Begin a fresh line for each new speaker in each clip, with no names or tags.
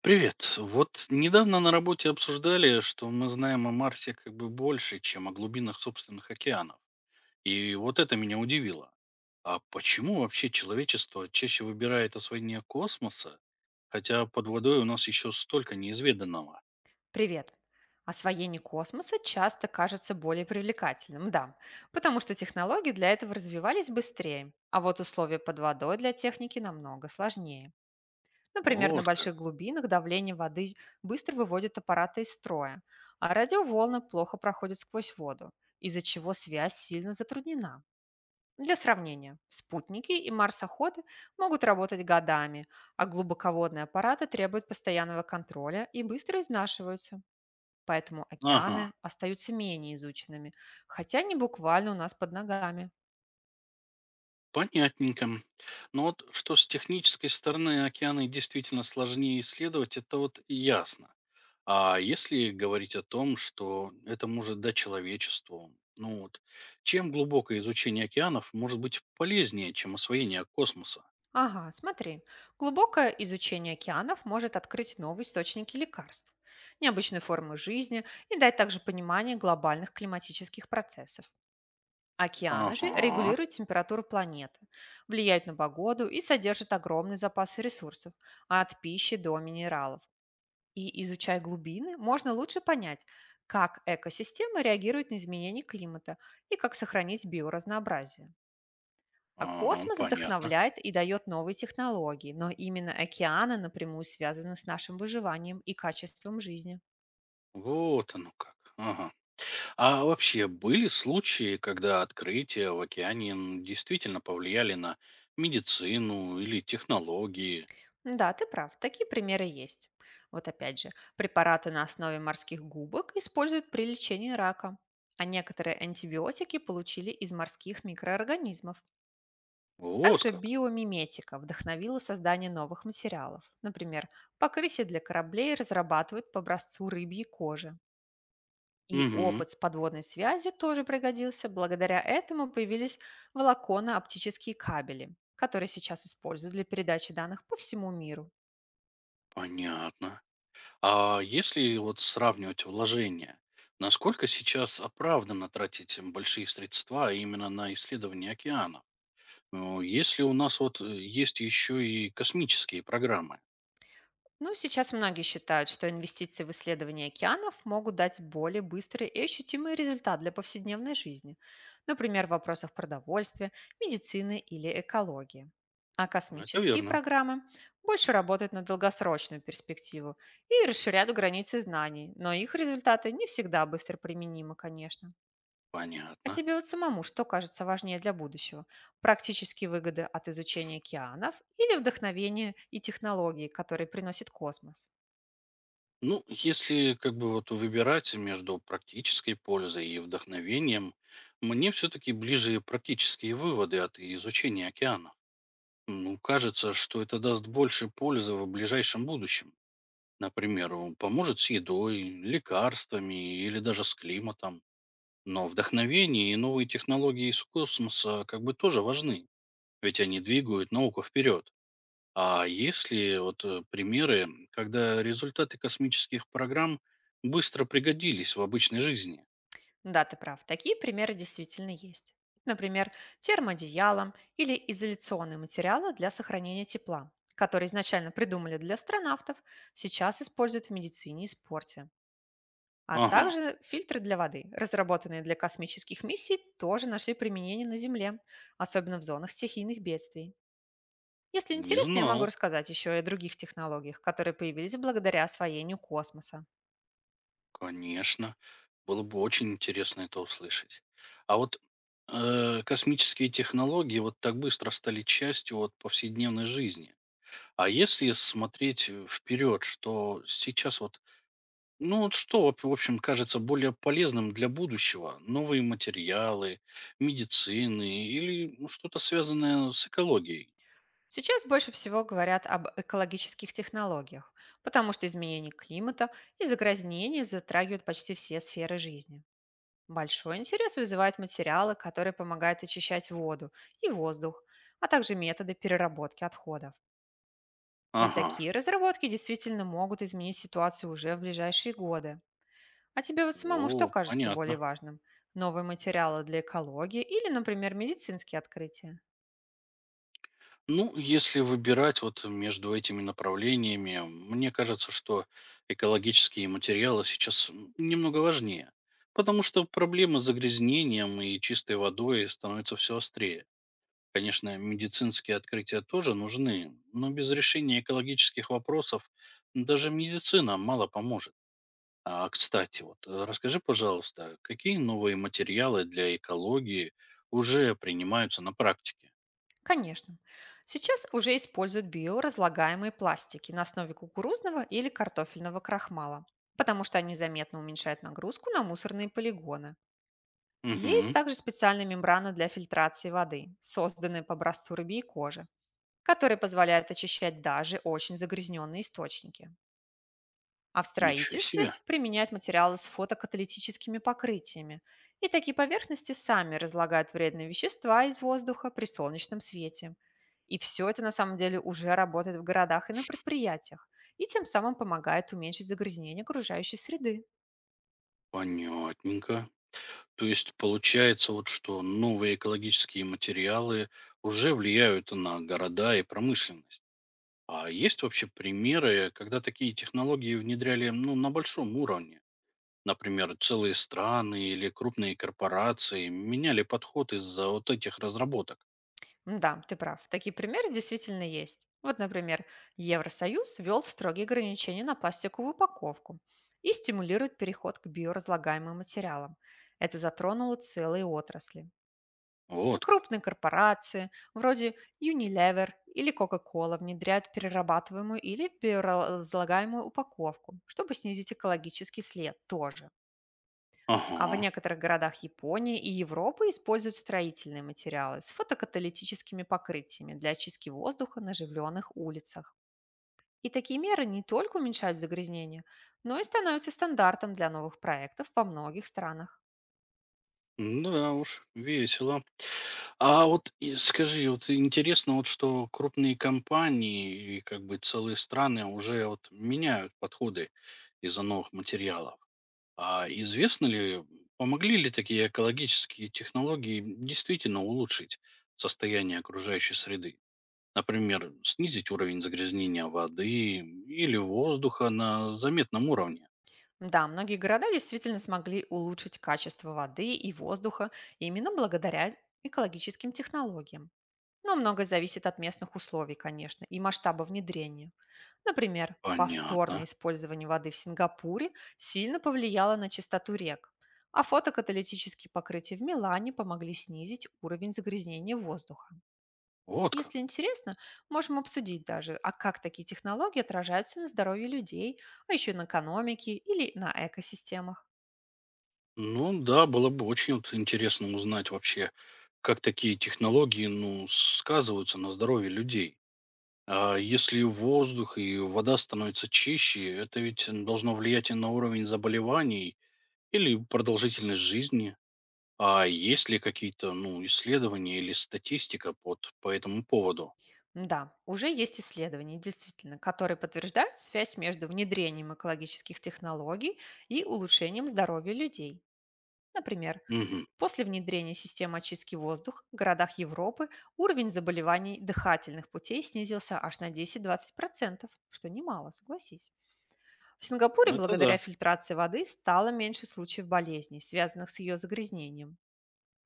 Привет. Вот недавно на работе обсуждали, что мы знаем о Марсе, как бы, больше, чем о глубинах собственных океанов. И вот это меня удивило. А почему вообще человечество чаще выбирает освоение космоса, хотя под водой у нас еще столько неизведанного?
Привет. Освоение космоса часто кажется более привлекательным, да, потому что технологии для этого развивались быстрее, а вот условия под водой для техники намного сложнее. Например, на
Вот как.
больших глубинах давление воды быстро выводит аппараты из строя, а радиоволны плохо проходят сквозь воду, из-за чего связь сильно затруднена. Для сравнения, спутники и марсоходы могут работать годами, а глубоководные аппараты требуют постоянного контроля и быстро изнашиваются. Поэтому
Ага,
океаны остаются менее изученными, хотя они буквально у нас под ногами.
понятненько. Но вот что с технической стороны океаны действительно сложнее исследовать, это вот ясно. А если говорить о том, что это может дать человечеству, ну вот, чем глубокое изучение океанов может быть полезнее, чем освоение космоса?
Ага, смотри. Глубокое изучение океанов может открыть новые источники лекарств, необычные формы жизни и дать также понимание глобальных климатических процессов. Океаны же
Ага,
регулируют температуру планеты, влияют на погоду и содержат огромные запасы ресурсов, от пищи до минералов. И изучая глубины, можно лучше понять, как экосистемы реагируют на изменения климата и как сохранить биоразнообразие. А
ага,
космос
понятно.
вдохновляет и дает новые технологии, но именно океаны напрямую связаны с нашим выживанием и качеством жизни.
Вот оно как. Ага. А вообще были случаи, когда открытия в океане действительно повлияли на медицину или технологии?
Да, ты прав, такие примеры есть. Вот опять же, препараты на основе морских губок используют при лечении рака, а некоторые антибиотики получили из морских микроорганизмов.
Вот
Также
как.
биомиметика вдохновила создание новых материалов. Например, покрытие для кораблей разрабатывают по образцу рыбьей кожи. И
Угу,
опыт с подводной связью тоже пригодился. Благодаря этому появились волоконно-оптические кабели, которые сейчас используют для передачи данных по всему миру.
понятно. А если вот сравнивать вложения, насколько сейчас оправданно тратить большие средства а именно на исследование океана? Ну, если у нас вот есть еще и космические программы.
Ну, сейчас многие считают, что инвестиции в исследования океанов могут дать более быстрый и ощутимый результат для повседневной жизни, например, в вопросах продовольствия, медицины или экологии. А
Это
космические
верно.
программы больше работают на долгосрочную перспективу и расширяют границы знаний, но их результаты не всегда быстро применимы, конечно. А
Понятно.
тебе вот самому что кажется важнее для будущего? Практические выгоды от изучения океанов или вдохновение и технологии, которые приносит космос?
Ну, если как бы вот выбирать между практической пользой и вдохновением, мне все-таки ближе практические выводы от изучения океана. Ну, кажется, что это даст больше пользы в ближайшем будущем. Например, он поможет с едой, лекарствами или даже с климатом. Но вдохновение и новые технологии из космоса, как бы, тоже важны, ведь они двигают науку вперед. А если вот примеры, когда результаты космических программ быстро пригодились в обычной жизни?
Да, ты прав. Такие примеры действительно есть. Например, термоодеялом или изоляционные материалы для сохранения тепла, которые изначально придумали для астронавтов, сейчас используют в медицине и спорте. А
Ага,
также фильтры для воды, разработанные для космических миссий, тоже нашли применение на Земле, особенно в зонах стихийных бедствий. Если
не
интересно, я могу
знал,
рассказать еще и о других технологиях, которые появились благодаря освоению космоса.
конечно. Было бы очень интересно это услышать. А вот космические технологии вот так быстро стали частью от повседневной жизни. А если смотреть вперед, что сейчас вот, ну вот что, вот, в общем, кажется более полезным для будущего? Новые материалы, медицины или, ну, что-то связанное с экологией?
Сейчас больше всего говорят об экологических технологиях, потому что изменение климата и загрязнения затрагивают почти все сферы жизни. Большой интерес вызывают материалы, которые помогают очищать воду и воздух, а также методы переработки отходов. И
Ага,
такие разработки действительно могут изменить ситуацию уже в ближайшие годы. А тебе вот самому что
о,
кажется более
понятно.
важным? Новые материалы для экологии или, например, медицинские открытия?
Ну, если выбирать вот между этими направлениями, мне кажется, что экологические материалы сейчас немного важнее, потому что проблемы с загрязнением и чистой водой становятся все острее. Конечно, медицинские открытия тоже нужны, но без решения экологических вопросов даже медицина мало поможет. А, кстати, вот расскажи, пожалуйста, какие новые материалы для экологии уже принимаются на практике?
Конечно. Сейчас уже используют биоразлагаемые пластики на основе кукурузного или картофельного крахмала, потому что они заметно уменьшают нагрузку на мусорные полигоны. Есть
Угу,
также специальная мембрана для фильтрации воды, созданная по образцу рыбьей кожи, которая позволяет очищать даже очень загрязненные источники, а в
ничего
строительстве
себе.
применяют материалы с фотокаталитическими покрытиями. И такие поверхности сами разлагают вредные вещества из воздуха при солнечном свете. И все это на самом деле уже работает в городах и на предприятиях, и тем самым помогает уменьшить загрязнение окружающей среды.
Понятненько. То есть получается вот, что новые экологические материалы уже влияют на города и промышленность. А есть вообще примеры, когда такие технологии внедряли, ну, на большом уровне? Например, целые страны или крупные корпорации меняли подход из-за вот этих разработок.
Да, ты прав, такие примеры действительно есть. Вот, например, Евросоюз ввел строгие ограничения на пластиковую упаковку и стимулирует переход к биоразлагаемым материалам. Это затронуло целые отрасли.
Вот как.
Крупные корпорации, вроде Unilever или Coca-Cola, внедряют перерабатываемую или биоразлагаемую упаковку, чтобы снизить экологический след тоже. А в
Ага.
некоторых городах Японии и Европы используют строительные материалы с фотокаталитическими покрытиями для очистки воздуха на оживленных улицах. И такие меры не только уменьшают загрязнение, но и становятся стандартом для новых проектов во многих странах.
Да уж, весело. А вот и скажи, вот интересно, вот что крупные компании и, как бы, целые страны уже вот меняют подходы из-за новых материалов. А известно ли, помогли ли такие экологические технологии действительно улучшить состояние окружающей среды? Например, снизить уровень загрязнения воды или воздуха на заметном уровне.
Да, многие города действительно смогли улучшить качество воды и воздуха именно благодаря экологическим технологиям. Но многое зависит от местных условий, конечно, и масштаба внедрения. Например,
Понятно.
повторное использование воды в Сингапуре сильно повлияло на чистоту рек, а фотокаталитические покрытия в Милане помогли снизить уровень загрязнения воздуха.
Вот как.
Если интересно, можем обсудить даже, а как такие технологии отражаются на здоровье людей, а еще и на экономике или на экосистемах.
Ну да, было бы очень вот интересно узнать вообще, как такие технологии, ну, сказываются на здоровье людей. А если воздух и вода становятся чище, это ведь должно влиять и на уровень заболеваний или продолжительность жизни. А есть ли какие-то, ну, исследования или статистика по этому поводу?
Да, уже есть исследования, действительно, которые подтверждают связь между внедрением экологических технологий и улучшением здоровья людей. Например,
Угу.
после внедрения системы очистки воздуха в городах Европы уровень заболеваний дыхательных путей снизился аж на 10-20%, что немало, согласись. В Сингапуре
Это
благодаря
да.
фильтрации воды стало меньше случаев болезней, связанных с ее загрязнением.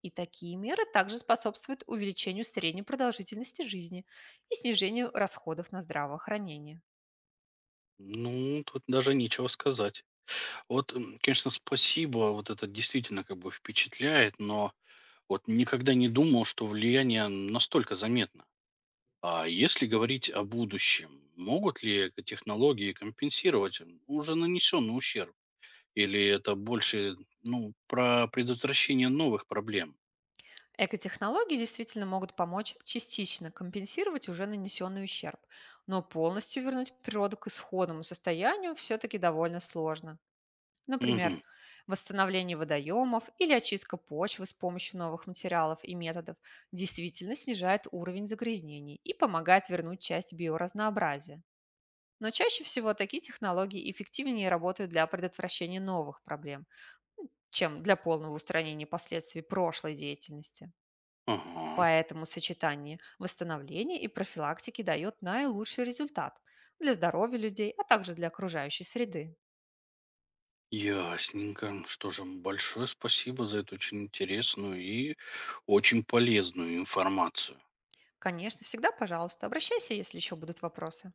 И такие меры также способствуют увеличению средней продолжительности жизни и снижению расходов на здравоохранение.
Ну, тут даже нечего сказать. Вот, конечно, спасибо, вот это действительно, как бы, впечатляет, но вот никогда не думал, что влияние настолько заметно. А если говорить о будущем, могут ли эко- технологии компенсировать, уже нанесенный ущерб? Или это больше, ну, про предотвращение новых проблем?
Экотехнологии действительно могут помочь частично компенсировать уже нанесенный ущерб, но полностью вернуть природу к исходному состоянию все-таки довольно сложно. Например,
Угу,
восстановление водоемов или очистка почвы с помощью новых материалов и методов действительно снижает уровень загрязнений и помогает вернуть часть биоразнообразия. Но чаще всего такие технологии эффективнее работают для предотвращения новых проблем, чем для полного устранения последствий прошлой деятельности.
ага,
Поэтому сочетание восстановления и профилактики дает наилучший результат для здоровья людей, а также для окружающей среды.
ясненько. Что же, большое спасибо за эту очень интересную и очень полезную информацию.
Конечно, всегда, пожалуйста, обращайся, если еще будут вопросы.